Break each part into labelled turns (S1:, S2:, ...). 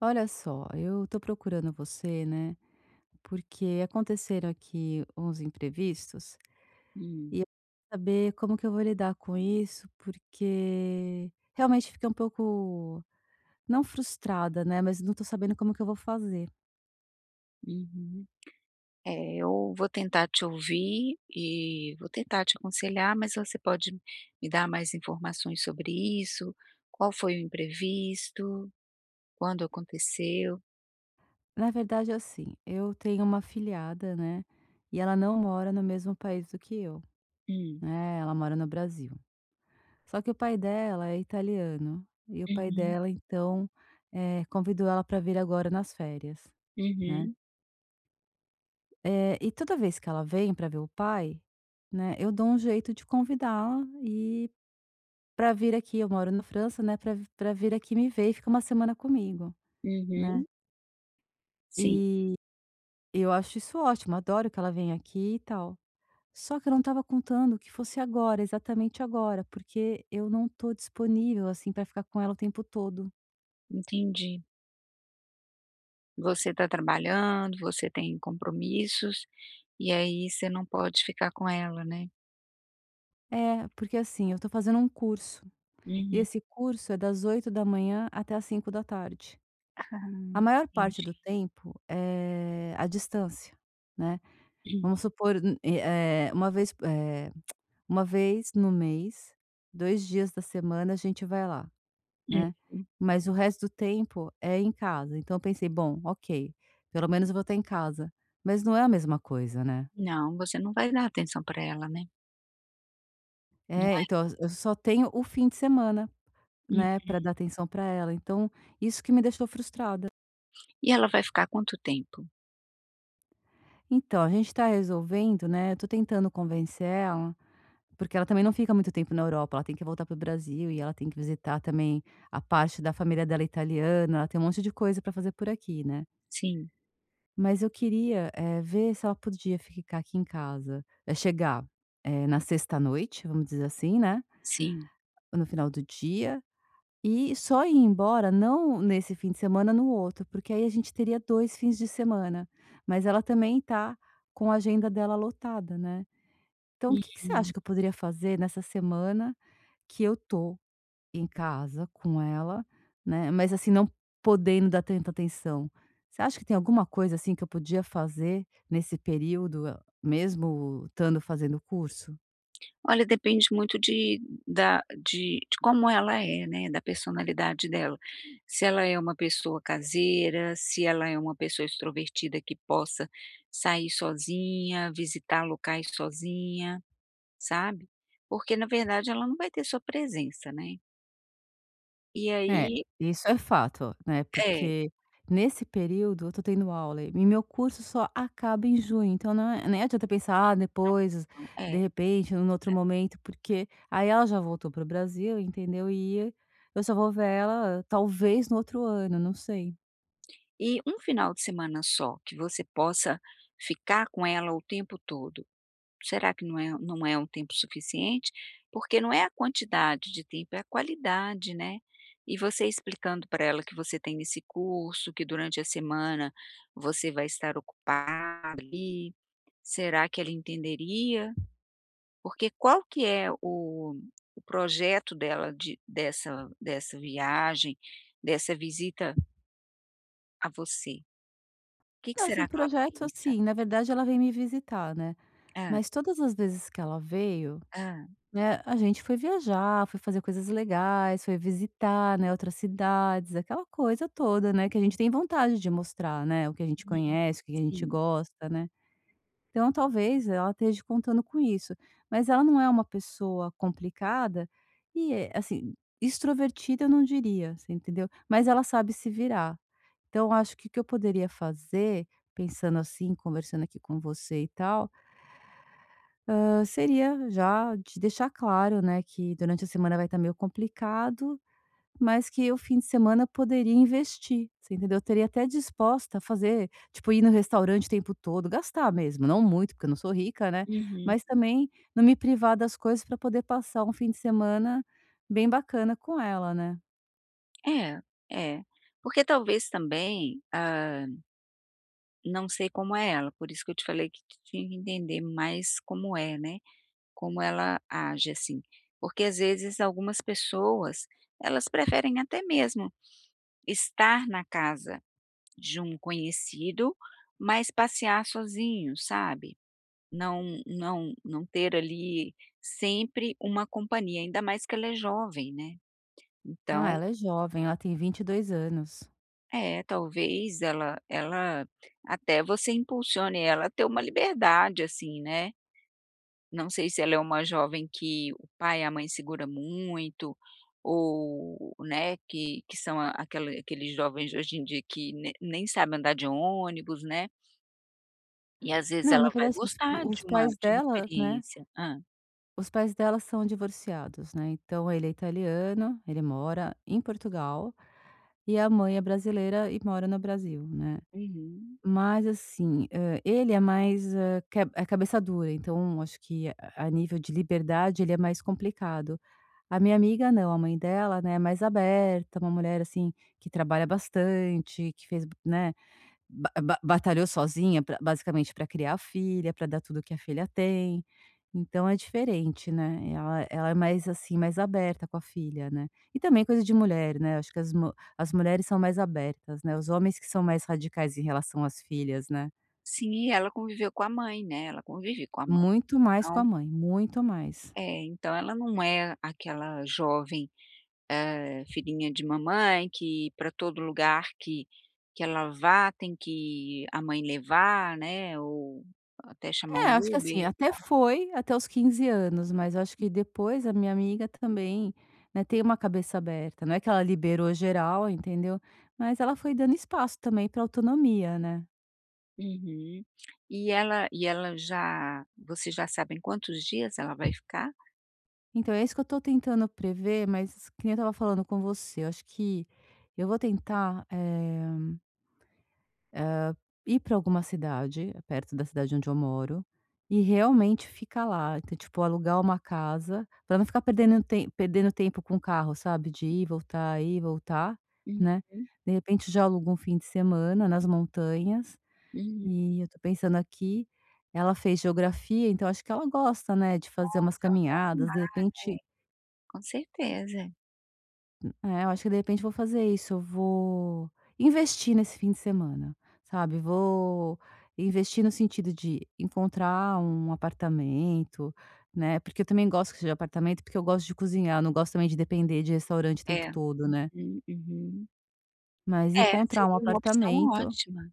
S1: Olha só, eu tô procurando você, né? Porque aconteceram aqui uns imprevistos
S2: Hum,
S1: e eu quero saber como que eu vou lidar com isso, porque realmente fiquei um pouco, não frustrada, né? Mas não tô sabendo como que eu vou fazer.
S2: uhum. É, eu vou tentar te ouvir e vou tentar te aconselhar, mas você pode me dar mais informações sobre isso? Qual foi o imprevisto? Quando aconteceu?
S1: Na verdade, assim, eu tenho uma afilhada, né? E ela não mora no mesmo país do que eu,
S2: Hum,
S1: né? Ela mora no Brasil. Só que o pai dela é italiano e o pai
S2: uhum,
S1: dela, então, convidou ela para vir agora nas férias, né?
S2: uhum,
S1: E toda vez que ela vem para ver o pai, né, eu dou um jeito de convidá-la e para vir aqui, eu moro na França, né, para vir aqui me ver e ficar uma semana comigo, né.
S2: uhum. Sim,
S1: E eu acho isso ótimo, adoro que ela venha aqui e tal. Só que eu não estava contando que fosse agora, exatamente agora, porque eu não tô disponível, assim, para ficar com ela o tempo todo.
S2: entendi. Você está trabalhando, você tem compromissos, e aí você não pode ficar com ela, né?
S1: É, porque assim, eu tô fazendo um curso, e
S2: Uhum.
S1: esse curso é das 8 da manhã até às da tarde. A
S2: Hum,
S1: maior parte do
S2: entendi.
S1: tempo é a distância, né.
S2: Uhum.
S1: Vamos supor, uma vez no mês, 2 dias da semana a gente vai lá, né. Mas o resto do tempo é em casa, então eu pensei: "Bom, ok, pelo menos eu vou estar em casa", mas não é a mesma coisa, né.
S2: Não, você não vai dar atenção para ela, né? Não
S1: É, então eu só tenho o fim de semana, né,
S2: é?
S1: para dar atenção para ela, então isso que me deixou frustrada.
S2: E ela vai ficar quanto tempo?
S1: Então, a gente está resolvendo, né, eu tô tentando convencer ela. Porque ela também não fica muito tempo na Europa, ela tem que voltar para o Brasil e ela tem que visitar também a parte da família dela italiana, ela tem um monte de coisa para fazer por aqui, né.
S2: Sim,
S1: Mas eu queria, ver se ela podia ficar aqui em casa, chegar, na sexta noite, vamos dizer assim, né,
S2: sim.
S1: ou no final do dia, e só ir embora não nesse fim de semana, no outro, porque aí a gente teria 2 fins de semana, mas ela também tá com a agenda dela lotada, né. Então o que que você
S2: Uhum.
S1: acha que eu poderia fazer nessa semana que eu tô em casa com ela, né, mas assim, não podendo dar tanta atenção. Você acha que tem alguma coisa, assim, que eu podia fazer nesse período, mesmo estando fazendo o curso?
S2: Olha, depende muito de da de como ela é, né, da personalidade dela. Se ela é uma pessoa caseira, se ela é uma pessoa extrovertida que possa sair sozinha, visitar locais sozinha, sabe. Porque na verdade ela não vai ter sua presença, né. E
S1: É,
S2: aí
S1: isso é fato, né,
S2: é,
S1: porque nesse período eu tô tendo aula e meu curso só acaba em junho, então não é nem adianta pensar: "Ah, depois,
S2: não, é.
S1: de repente, em um outro momento", porque aí ela já voltou para o Brasil, entendeu, e eu só vou ver ela talvez no outro ano, não sei.
S2: E um final de semana só que você possa ficar com ela o tempo todo. Será que não é um tempo suficiente? Porque não é a quantidade de tempo, é a qualidade, né. E você explicando para ela que você tem esse curso, que durante a semana você vai estar ocupado, ali, será que ela entenderia? Porque qual que é o projeto dela de dessa dessa viagem, dessa visita a você? O que que
S1: Não,
S2: será
S1: assim,
S2: que ela
S1: projeto
S2: pensa?
S1: assim, na verdade ela vem me visitar, né,
S2: Ah,
S1: mas todas as vezes que ela veio,
S2: ah,
S1: né, a gente foi viajar, foi fazer coisas legais, foi visitar, né, outras cidades, aquela coisa toda, né, que a gente tem vontade de mostrar, né, o que a gente
S2: uhum.
S1: conhece, o que a gente
S2: Sim.
S1: gosta, né. Então talvez ela esteja contando com isso, mas ela não é uma pessoa complicada e, é, assim, extrovertida eu não diria, você entendeu, mas ela sabe se virar. Então, eu acho que o que eu poderia fazer, pensando assim, conversando aqui com você e tal, seria já de deixar claro, né, que durante a semana vai estar meio complicado, mas que o fim de semana eu poderia investir, você entendeu? Eu teria até disposta a fazer, tipo, ir no restaurante o tempo todo, gastar mesmo, não muito, porque eu não sou rica, né,
S2: Uhum.
S1: mas também não me privar das coisas para poder passar um fim de semana bem bacana com ela, né.
S2: É, é. Porque talvez também, ah, não sei como é ela, por isso que eu te falei que ti tinha que entender mais como é, né, como ela age, assim. Porque às vezes algumas pessoas, elas preferem até mesmo estar na casa de um conhecido, mas passear sozinho, sabe. Não ter ali sempre uma companhia, ainda mais que ela é jovem, né, então
S1: Ah, ela é jovem, ela tem 22 anos.
S2: é, talvez ela até você impulsione ela a ter uma liberdade, assim, né. Não sei se ela é uma jovem que o pai e a mãe segura muito, ou, né, que são a aquela aqueles jovens de hoje em dia que ne nem sabem andar de ônibus, né. E às vezes
S1: Não, na
S2: ela vai
S1: verdade, assim, os
S2: gostar de
S1: os
S2: uma
S1: pais
S2: de uma
S1: dela, né,
S2: experiência. Hã.
S1: os pais dela são divorciados, né, então ele é italiano, ele mora em Portugal, e a mãe é brasileira e mora no Brasil, né.
S2: Uhum.
S1: Mas assim, ele é mais, que é cabeça dura, então acho que a nível de liberdade ele é mais complicado. A minha amiga não, a mãe dela, né, é mais aberta, uma mulher, assim, que trabalha bastante, que fez, né. Ba ba batalhou sozinha pra basicamente para criar a filha, para dar tudo que a filha tem, então é diferente, né, ela ela é mais, assim, mais aberta com a filha, né. E também coisa de mulher, né, acho que as mulheres são mais abertas, né, os homens que são mais radicais em relação às filhas, né.
S2: Sim, e ela conviveu com a mãe, né, ela convive com a mãe,
S1: Muito mais
S2: então
S1: com a mãe, muito mais.
S2: é, então ela não é aquela jovem. Eh, filhinha de mamãe, que para todo lugar que ela vá tem que a mãe levar, né, ou até chamar um
S1: É, acho que
S2: Uber
S1: assim,
S2: e
S1: até
S2: tal.
S1: foi até os 15 anos, mas eu acho que depois a minha amiga também, né, tem uma cabeça aberta. Não é que ela liberou geral, entendeu? Mas ela foi dando espaço também para autonomia, né?
S2: Uhum. E ela já vocês já sabem quantos dias ela vai ficar?
S1: Então é isso que eu tô tentando prever, mas que nem eu estava falando com você, eu acho que eu vou tentar, ir para alguma cidade, perto da cidade onde eu moro, e realmente ficar lá. Então, tipo, alugar uma casa, para não ficar perdendo tempo com o carro, sabe, de ir voltar,
S2: Uhum,
S1: né. De repente, já alugo um fim de semana nas montanhas,
S2: uhum.
S1: e eu tô pensando aqui, ela fez geografia, então acho que ela gosta, né, de fazer
S2: Nossa,
S1: umas
S2: ela vai
S1: caminhadas, de
S2: arrumar, é,
S1: repente.
S2: com certeza.
S1: É, eu acho que de repente vou fazer isso, eu vou investir nesse fim de semana, sabe, vou investir no sentido de encontrar um apartamento, né, porque eu também gosto que seja apartamento, porque eu gosto de cozinhar, eu não gosto também de depender de restaurante o tempo
S2: É.
S1: todo, né.
S2: Uhum, uhum.
S1: Mas
S2: É,
S1: encontrar um
S2: seria uma opção
S1: apartamento,
S2: ótima,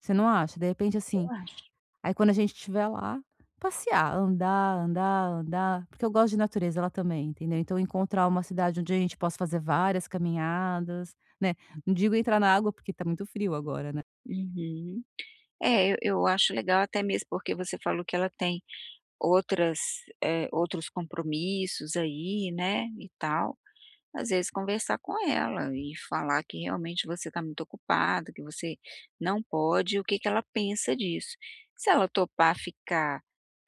S1: você não acha? De repente,
S2: eu
S1: assim,
S2: acho.
S1: aí quando a gente estiver lá, passear, andar, andar, andar, porque eu gosto de natureza lá também, entendeu. Então encontrar uma cidade onde a gente possa fazer várias caminhadas, né. Não digo entrar na água, porque tá muito frio agora, né.
S2: Uhum. É, eu acho legal até mesmo porque você falou que ela tem outras, eh, outros compromissos aí, né, e tal. Às vezes conversar com ela e falar que realmente você está muito ocupado, que você não pode, o que que ela pensa disso. Se ela topar ficar,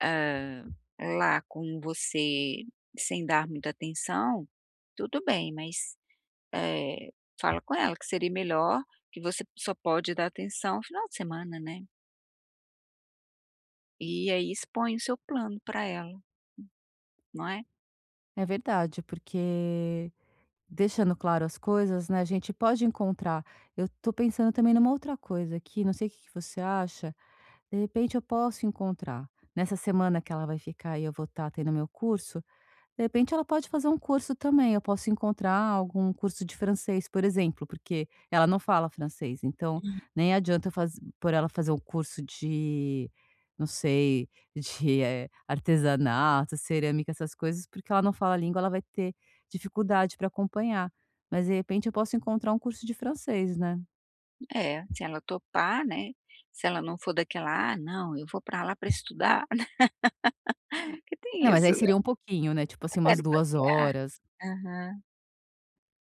S2: hã, lá com você sem dar muita atenção, tudo bem, mas, eh, fala com ela que seria melhor, que você só pode dar atenção no final de semana, né. E aí expõe o seu plano para ela, não é?
S1: É verdade, porque deixando claro as coisas, né, a gente pode encontrar. Eu tô pensando também numa outra coisa aqui, não sei o que que você acha, de repente eu posso encontrar, nessa semana que ela vai ficar e eu vou estar tendo meu curso. De repente ela pode fazer um curso também, eu posso encontrar algum curso de francês, por exemplo, porque ela não fala francês, então nem adianta faz por ela fazer um curso de, não sei, de, artesanato, cerâmica, essas coisas, porque ela não fala a língua, ela vai ter dificuldade para acompanhar. Mas de repente eu posso encontrar um curso de francês, né.
S2: É, se ela topar, né, se ela não for daquela: "Ah, não, eu vou pra lá pra estudar", né, porque tem
S1: Não, mas
S2: isso,
S1: aí
S2: né,
S1: seria um pouquinho, né, tipo
S2: "eu
S1: assim umas
S2: quero
S1: 2
S2: passear".
S1: horas,
S2: Aham.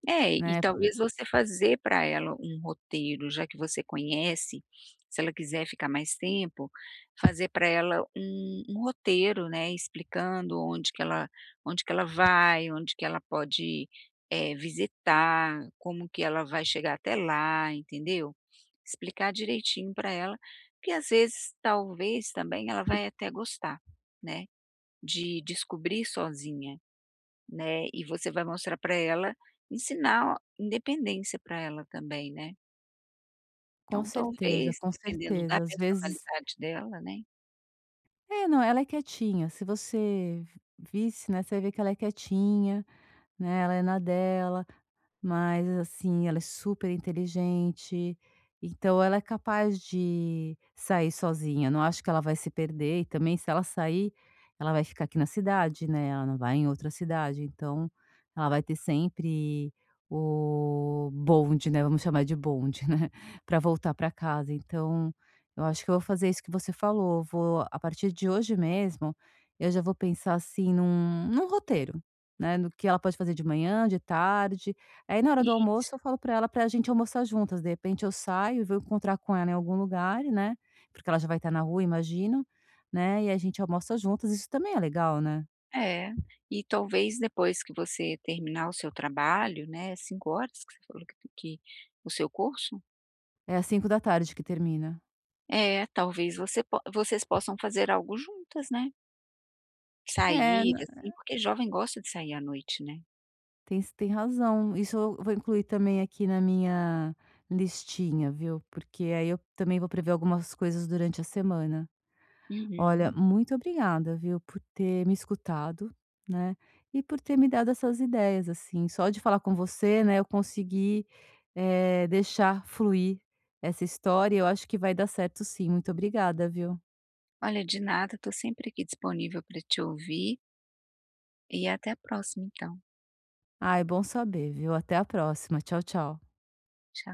S2: É, e
S1: né, por
S2: talvez você fazer para ela um roteiro, já que você conhece, se ela quiser ficar mais tempo, fazer para ela um roteiro, né, explicando onde que ela vai, onde que ela pode, eh, visitar, como que ela vai chegar até lá, entendeu? Explicar direitinho para ela, porque às vezes, talvez também ela vai até gostar, né, de descobrir sozinha. Né, e você vai mostrar para ela, ensinar independência para ela também, né. Então talvez,
S1: com
S2: dependendo da
S1: certeza, às vezes.
S2: personalidade dela, né.
S1: É, não, ela é quietinha. Se você visse, né, você vê que ela é quietinha, né, ela é na dela, mas assim, ela é super inteligente, então ela é capaz de sair sozinha, não acho que ela vai se perder e também se ela sair, ela vai ficar aqui na cidade, né, ela não vai em outra cidade, então ela vai ter sempre o bonde, né, vamos chamar de bonde, né, para voltar para casa, então eu acho que eu vou fazer isso que você falou, vou a partir de hoje mesmo, eu já vou pensar assim num roteiro. Né, no que ela pode fazer de manhã, de tarde. Aí na hora do almoço
S2: Isso,
S1: eu falo para ela para a gente almoçar juntas, de repente eu saio e vou encontrar com ela em algum lugar, né, porque ela já vai estar na rua imagino, né, e a gente almoça juntas, isso também é legal, né.
S2: é. E talvez depois que você terminar o seu trabalho, né, 5 horas que você falou que o seu curso?
S1: É às 5 da tarde que termina.
S2: É, talvez vocês possam fazer algo juntas, né.
S1: É,
S2: Sair,
S1: na
S2: assim, porque jovem gosta de sair à noite, né.
S1: tem razão, isso eu vou incluir também aqui na minha listinha, viu, porque aí eu também vou prever algumas coisas durante a semana. Olha,
S2: Uhum.
S1: muito obrigada, viu, por ter me escutado, né, e por ter me dado essas ideias, assim. Só de falar com você, né, eu consegui, deixar fluir essa história e eu acho que vai dar certo sim. Muito obrigada, viu.
S2: Olha, de nada, estou sempre aqui disponível para te ouvir, e até a próxima então.
S1: Ah, é bom saber, viu. Até a próxima. Tchau, tchau.
S2: Tchau.